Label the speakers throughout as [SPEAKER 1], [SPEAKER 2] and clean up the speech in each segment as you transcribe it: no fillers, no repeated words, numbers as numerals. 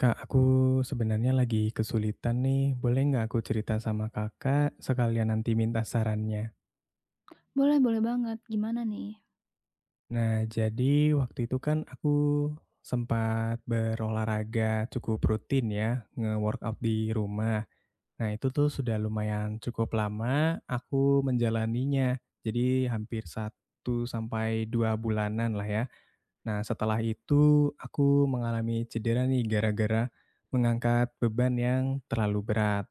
[SPEAKER 1] Kak, aku sebenarnya lagi kesulitan nih. Boleh nggak aku cerita sama kakak sekalian nanti minta sarannya?
[SPEAKER 2] Boleh boleh banget. Gimana nih?
[SPEAKER 1] Nah, jadi waktu itu kan aku sempat berolahraga cukup rutin ya, nge-workout di rumah. Nah, itu tuh sudah lumayan cukup lama aku menjalaninya. Jadi hampir 1 sampai 2 bulanan lah ya. Nah, setelah itu aku mengalami cedera nih gara-gara mengangkat beban yang terlalu berat.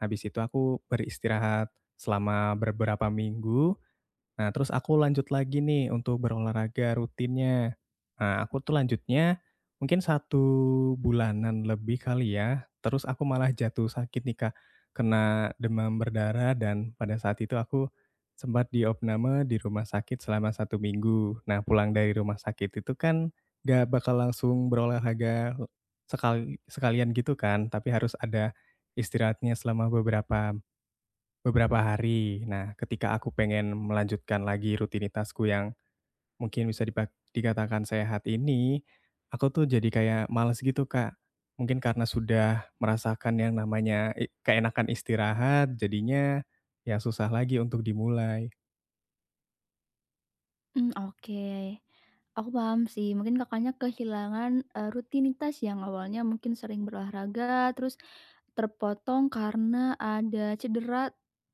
[SPEAKER 1] Habis itu aku beristirahat selama beberapa minggu. Nah, terus aku lanjut lagi nih untuk berolahraga rutinnya. Nah, aku tuh lanjutnya mungkin satu bulanan lebih kali ya, terus aku malah jatuh sakit nih, Kak, kena demam berdarah dan pada saat itu aku sempat diopname di rumah sakit selama satu minggu. Nah, pulang dari rumah sakit itu kan gak bakal langsung berolahraga sekali sekalian gitu kan, tapi harus ada istirahatnya selama beberapa Beberapa hari. Nah, ketika aku pengen melanjutkan lagi rutinitasku yang mungkin bisa dikatakan sehat ini, aku tuh jadi kayak males gitu, Kak. Mungkin karena sudah merasakan yang namanya keenakan istirahat, jadinya ya susah lagi untuk dimulai.
[SPEAKER 2] Mmm, oke. Aku paham sih, mungkin Kakaknya kehilangan, rutinitas yang awalnya mungkin sering berolahraga, terus terpotong karena ada cedera,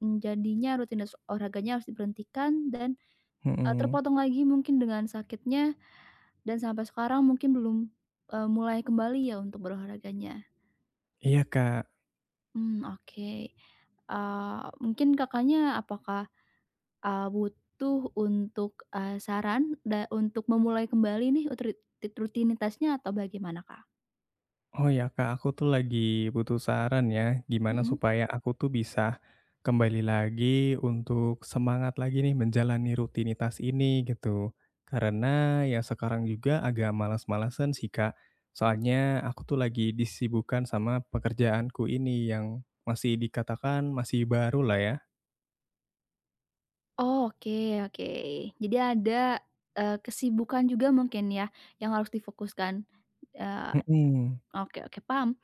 [SPEAKER 2] jadinya rutinitas olahraganya harus diberhentikan dan,
[SPEAKER 1] Mhm.
[SPEAKER 2] terpotong lagi mungkin dengan sakitnya dan sampai sekarang mungkin belum, mulai kembali ya untuk berolahraganya.
[SPEAKER 1] Iya, Kak.
[SPEAKER 2] Mmm, oke. Mungkin Kakaknya apakah butuh untuk, saran untuk memulai kembali nih utrit tit rutinitasnya atau bagaimana, Kak?
[SPEAKER 1] Oh ya Kak, aku tuh lagi butuh saran ya, gimana
[SPEAKER 2] Mhm.
[SPEAKER 1] supaya aku tuh bisa kembali lagi untuk semangat lagi nih menjalani rutinitas ini gitu. Karena ya sekarang juga agak malas-malasan sih, Kak. Soalnya aku tuh lagi disibukkan sama pekerjaanku ini yang masih dikatakan masih baru lah ya.
[SPEAKER 2] Oke oke. Jadi ada, kesibukan juga mungkin ya yang harus difokuskan? Eee,
[SPEAKER 1] Mhm.
[SPEAKER 2] oke oke paham.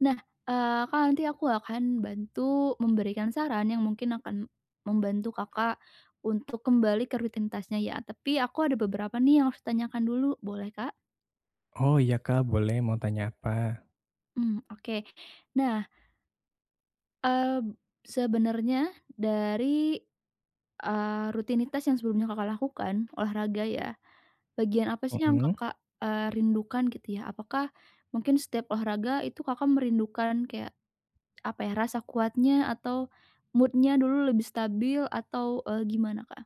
[SPEAKER 2] Nah, Kak, nanti aku akan bantu memberikan saran yang mungkin akan membantu Kakak untuk kembali ke rutinitasnya ya, tapi aku ada beberapa nih yang harus ditanyakan dulu, boleh, Kak?
[SPEAKER 1] Oh iya Kak, boleh mau tanya apa?
[SPEAKER 2] Mmm, oke. Nah, Eee, sebenarnya dari, rutinitas yang sebelumnya Kakak lakukan, olahraga ya, bagian apa sih yang
[SPEAKER 1] Mhm.
[SPEAKER 2] Kakak, rindukan gitu ya? Apakah mungkin setiap olahraga itu Kakak merindukan kayak, apa ya, rasa kuatnya atau mood-nya dulu lebih stabil atau, gimana, Kak?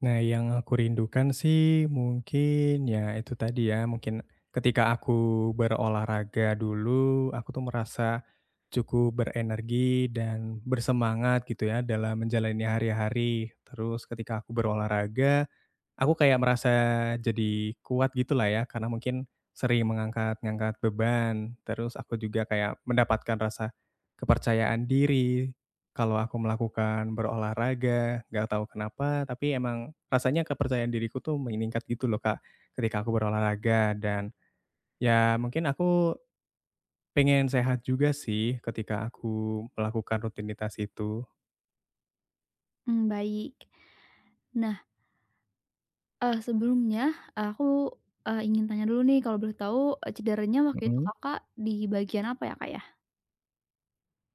[SPEAKER 1] Nah, yang aku rindukan sih mungkin ya itu tadi ya, mungkin ketika aku berolahraga dulu, aku tuh merasa cukup berenergi dan bersemangat gitu ya dalam menjalani hari-hari. Terus ketika aku berolahraga, aku kayak merasa jadi kuat gitulah ya, karena mungkin sering mengangkat-ngangkat beban, terus aku juga kayak mendapatkan rasa kepercayaan diri kalau aku melakukan berolahraga, nggak tahu kenapa, tapi emang rasanya kepercayaan diriku tuh meningkat gitu loh, Kak, ketika aku berolahraga dan ya mungkin aku pengen sehat juga sih ketika aku melakukan rutinitas itu.
[SPEAKER 2] Mmm, baik. Nah, sebelumnya aku, ingin tanya dulu nih kalau boleh tahu, cederanya waktu itu
[SPEAKER 1] Mhm.
[SPEAKER 2] Kakak di bagian apa ya, Kak, ya?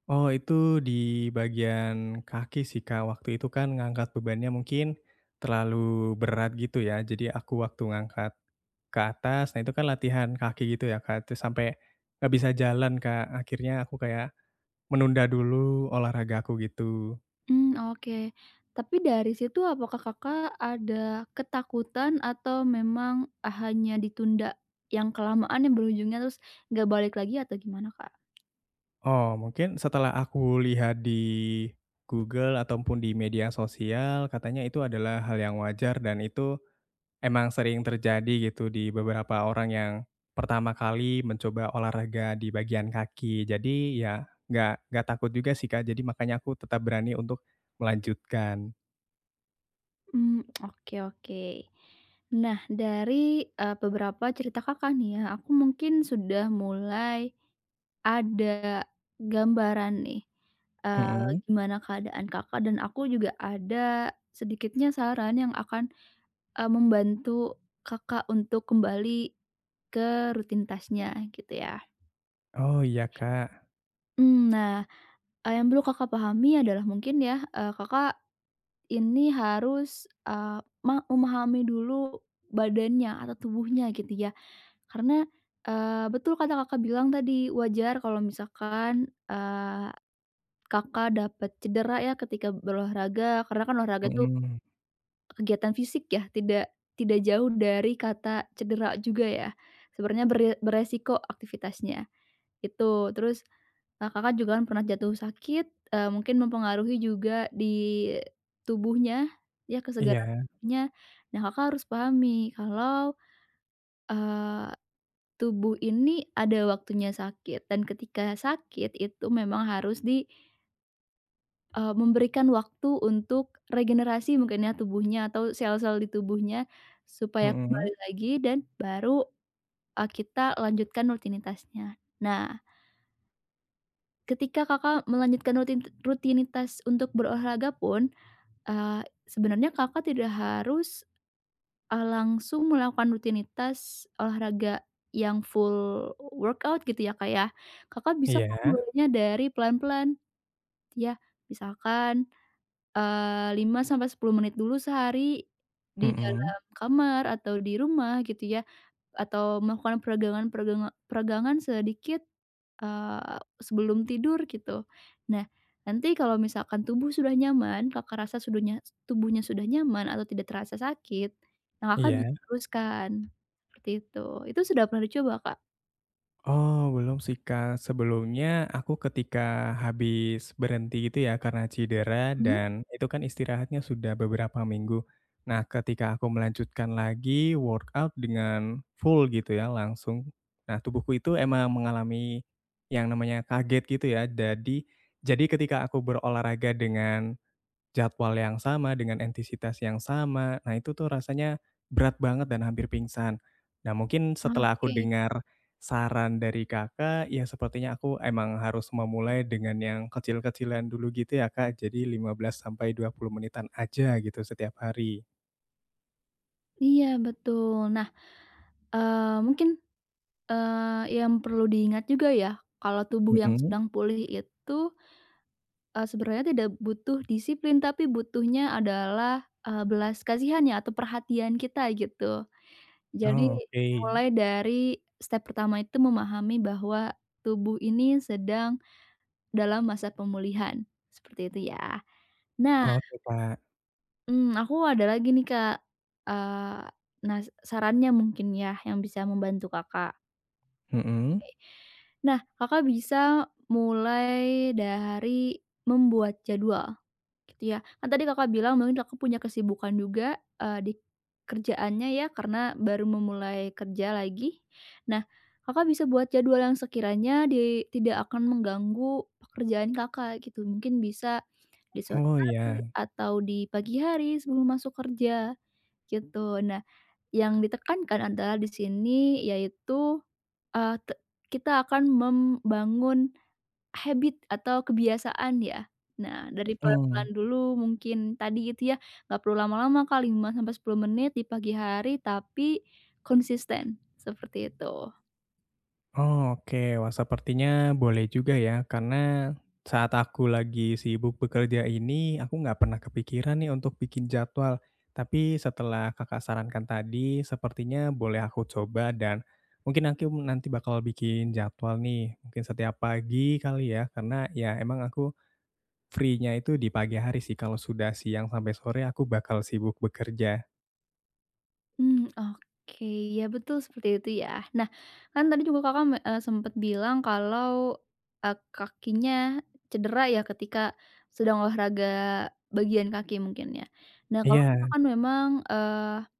[SPEAKER 1] Oh, itu di bagian kaki sih, Kak. Waktu itu kan ngangkat bebannya mungkin terlalu berat gitu ya. Jadi aku waktu ngangkat ke atas, nah itu kan latihan kaki gitu ya, Kak. Terus sampai nggak bisa jalan, Kak. Akhirnya aku kayak menunda dulu olahraga aku gitu.
[SPEAKER 2] Mmm, oke. Tapi dari situ apakah Kakak ada ketakutan atau memang ah, hanya ditunda yang kelamaan yang berujungnya terus nggak balik lagi atau gimana, Kak?
[SPEAKER 1] Oh, mungkin setelah aku lihat di Google ataupun di media sosial, katanya itu adalah hal yang wajar dan itu emang sering terjadi gitu di beberapa orang yang pertama kali mencoba olahraga di bagian kaki. Jadi ya nggak takut juga sih, Kak, jadi makanya aku tetap berani untuk melanjutkan.
[SPEAKER 2] Mmm, oke oke. Nah dari, beberapa cerita Kakak nih ya, aku mungkin sudah mulai ada gambaran nih,
[SPEAKER 1] Mhm.
[SPEAKER 2] gimana keadaan Kakak dan aku juga ada sedikitnya saran yang akan, membantu Kakak untuk kembali ke rutinitasnya gitu ya.
[SPEAKER 1] Oh iya, Kak.
[SPEAKER 2] Mmm, nah, yang perlu Kakak pahami adalah mungkin ya, Kakak ini harus, memahami dulu badannya atau tubuhnya gitu ya. Karena, betul kata Kakak bilang tadi, wajar kalau misalkan, Kakak dapat cedera ya ketika berolahraga, karena kan olahraga tuh
[SPEAKER 1] Mhm.
[SPEAKER 2] kegiatan fisik ya, tidak tidak jauh dari kata cedera juga ya, sebenarnya beresiko aktivitasnya, itu. Terus, Kakak juga kan pernah jatuh sakit, mungkin mempengaruhi juga di tubuhnya, ya kesegaran
[SPEAKER 1] Iya.
[SPEAKER 2] tubuhnya. Nah, Kakak harus pahami kalau, eee, tubuh ini ada waktunya sakit dan ketika sakit itu memang harus memberikan waktu untuk regenerasi mungkin ya tubuhnya atau sel-sel di tubuhnya supaya
[SPEAKER 1] Mhm.
[SPEAKER 2] kembali lagi dan baru, kita lanjutkan rutinitasnya. Nah, ketika Kakak melanjutkan rutinitas untuk berolahraga pun, eee, sebenarnya Kakak tidak harus, langsung melakukan rutinitas olahraga yang full workout gitu ya, Kak, ya. Kakak bisa kok
[SPEAKER 1] Iya.
[SPEAKER 2] mulainya dari pelan-pelan, ya. Misalkan 5 sampai 10 menit dulu sehari di
[SPEAKER 1] Mhm.
[SPEAKER 2] dalam kamar atau di rumah gitu ya, atau melakukan peregangan peregangan peregangan sedikit, eee, sebelum tidur gitu. Nah, nanti kalau misalkan tubuh sudah nyaman, Kakak rasa tubuhnya sudah nyaman atau tidak terasa sakit, nah Kakak bisa
[SPEAKER 1] Iya.
[SPEAKER 2] teruskan, seperti itu. Itu sudah pernah dicoba, Kak?
[SPEAKER 1] Oh, belum sih, Kak. Sebelumnya aku ketika habis berhenti gitu ya karena cedera
[SPEAKER 2] Mhm?
[SPEAKER 1] dan itu kan istirahatnya sudah beberapa minggu. Nah, ketika aku melanjutkan lagi workout dengan full gitu ya langsung. Nah, tubuhku itu emang mengalami yang namanya kaget gitu ya. Jadi ketika aku berolahraga dengan jadwal yang sama dengan intensitas yang sama. Nah, itu tuh rasanya berat banget dan hampir pingsan. Nah, mungkin setelah aku
[SPEAKER 2] Oke.
[SPEAKER 1] dengar saran dari Kakak, ya sepertinya aku emang harus memulai dengan yang kecil-kecilan dulu gitu ya, Kak. Jadi 15 sampai 20 menitan aja gitu setiap hari.
[SPEAKER 2] Iya betul. Nah, mungkin yang perlu diingat juga ya, kalau tubuh yang
[SPEAKER 1] Mhm.
[SPEAKER 2] sedang pulih itu, sebenarnya tidak butuh disiplin, tapi butuhnya adalah, belas kasihan ya atau perhatian kita gitu.
[SPEAKER 1] Oh,
[SPEAKER 2] Jadi
[SPEAKER 1] oke.
[SPEAKER 2] mulai dari step pertama itu memahami bahwa tubuh ini sedang dalam masa pemulihan, seperti itu ya. Nah,
[SPEAKER 1] Oke, Kak.
[SPEAKER 2] aku ada lagi nih Kak, eee, nah sarannya mungkin ya yang bisa membantu Kakak.
[SPEAKER 1] Mhm.
[SPEAKER 2] Nah, Kakak bisa mulai dari membuat jadwal gitu ya. Kan tadi Kakak bilang mungkin Kakak punya kesibukan juga, di kerjaannya ya karena baru memulai kerja lagi. Nah, Kakak bisa buat jadwal yang sekiranya tidak akan mengganggu pekerjaan Kakak gitu. Mungkin bisa di sore
[SPEAKER 1] Oh,
[SPEAKER 2] hari
[SPEAKER 1] iya.
[SPEAKER 2] atau di pagi hari sebelum masuk kerja gitu. Nah, yang ditekankan adalah di sini yaitu Eee, te kita akan membangun habit atau kebiasaan ya. Nah, dari pelan-pelan
[SPEAKER 1] Mhm.
[SPEAKER 2] dulu mungkin tadi itu ya, nggak perlu lama-lama Kak, 5 sampai 10 menit di pagi hari, tapi konsisten, seperti itu.
[SPEAKER 1] Oh, oke. Wah, sepertinya boleh juga ya, karena saat aku lagi sibuk bekerja ini, aku nggak pernah kepikiran nih untuk bikin jadwal. Tapi setelah Kakak sarankan tadi, sepertinya boleh aku coba dan mungkin aku nanti bakal bikin jadwal nih. Mungkin setiap pagi kali ya, karena ya emang aku free-nya itu di pagi hari sih. Kalau sudah siang sampai sore, aku bakal sibuk bekerja.
[SPEAKER 2] Mmm, oke, iya betul seperti itu ya. Nah, kan tadi juga Kakak sempet bilang kalau, kakinya cedera ya ketika sedang olahraga bagian kaki mungkin ya. Nah, kalau
[SPEAKER 1] Iya.
[SPEAKER 2] misalkan memang,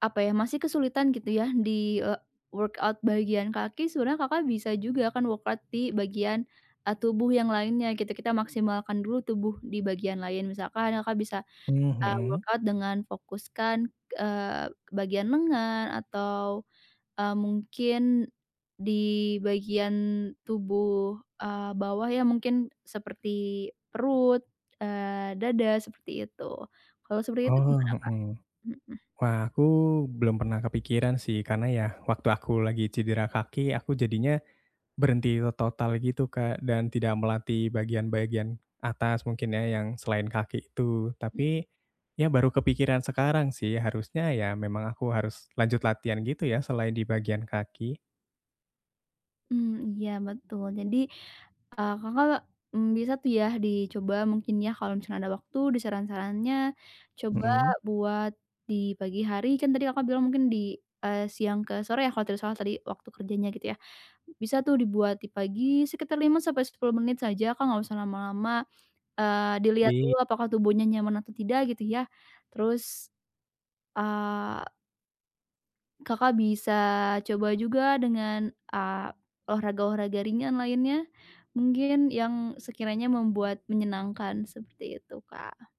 [SPEAKER 2] apa ya, masih kesulitan gitu ya di, workout bagian kaki sebenarnya Kakak bisa juga kan workout di bagian, tubuh yang lainnya gitu. Kita maksimalkan dulu tubuh di bagian lain. Misalkan Kakak bisa,
[SPEAKER 1] Mhm.
[SPEAKER 2] workout dengan fokuskan, eee, bagian lengan atau, mungkin di bagian tubuh, bawah ya mungkin seperti perut, dada, seperti itu. Kalau seperti itu
[SPEAKER 1] Oh,
[SPEAKER 2] gimana, Kak?
[SPEAKER 1] mhm.
[SPEAKER 2] Mhm.
[SPEAKER 1] Wah, aku belum pernah kepikiran sih, karena ya waktu aku lagi cedera kaki, aku jadinya berhenti total gitu, Kak, dan tidak melatih bagian-bagian atas mungkin ya, yang selain kaki itu. Tapi, ya baru kepikiran sekarang sih, harusnya ya memang aku harus lanjut latihan gitu ya, selain di bagian kaki.
[SPEAKER 2] Mmm, iya betul. Jadi, Kakak, bisa tuh ya dicoba mungkin ya kalau misalnya ada waktu di saran-sarannya, coba
[SPEAKER 1] Mhm.
[SPEAKER 2] buat di pagi hari kan tadi Kakak bilang mungkin di, siang ke sore ya kalau tidak salah tadi waktu kerjanya gitu ya. Bisa tuh dibuat di pagi sekitar 5 sampai 10 menit saja Kak, nggak usah lama-lama, dilihat dulu apakah tubuhnya nyaman atau tidak gitu ya. Terus, eh, Kakak bisa coba juga dengan, olahraga-olahraga ringan lainnya, mungkin yang sekiranya membuat menyenangkan seperti itu, Kak.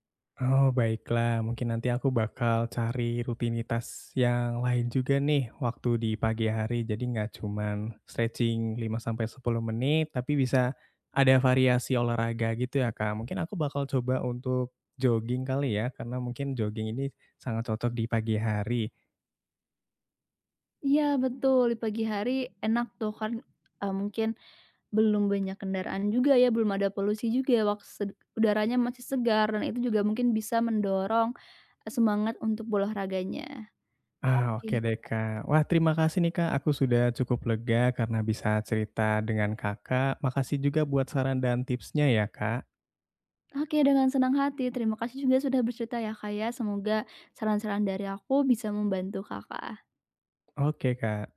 [SPEAKER 1] Oh, baiklah. Mungkin nanti aku bakal cari rutinitas yang lain juga nih waktu di pagi hari. Jadi nggak cuman stretching 5 sampai 10 menit, tapi bisa ada variasi olahraga gitu ya, Kak. Mungkin aku bakal coba untuk jogging kali ya, karena mungkin jogging ini sangat cocok di pagi hari.
[SPEAKER 2] Iya betul, di pagi hari enak tuh kan, mungkin belum banyak kendaraan juga ya, belum ada polusi juga, wak sed udaranya masih segar dan itu juga mungkin bisa mendorong ah, semangat untuk olahraganya.
[SPEAKER 1] Ah,
[SPEAKER 2] Oke.
[SPEAKER 1] oke deh, Kak. Wah, terima kasih nih, Kak. Aku sudah cukup lega karena bisa cerita dengan Kakak. Makasih juga buat saran dan tipsnya ya, Kak.
[SPEAKER 2] Oke, dengan senang hati. Terima kasih juga sudah bercerita ya, Kak, ya. Semoga saran-saran dari aku bisa membantu Kakak.
[SPEAKER 1] Oke, Kak.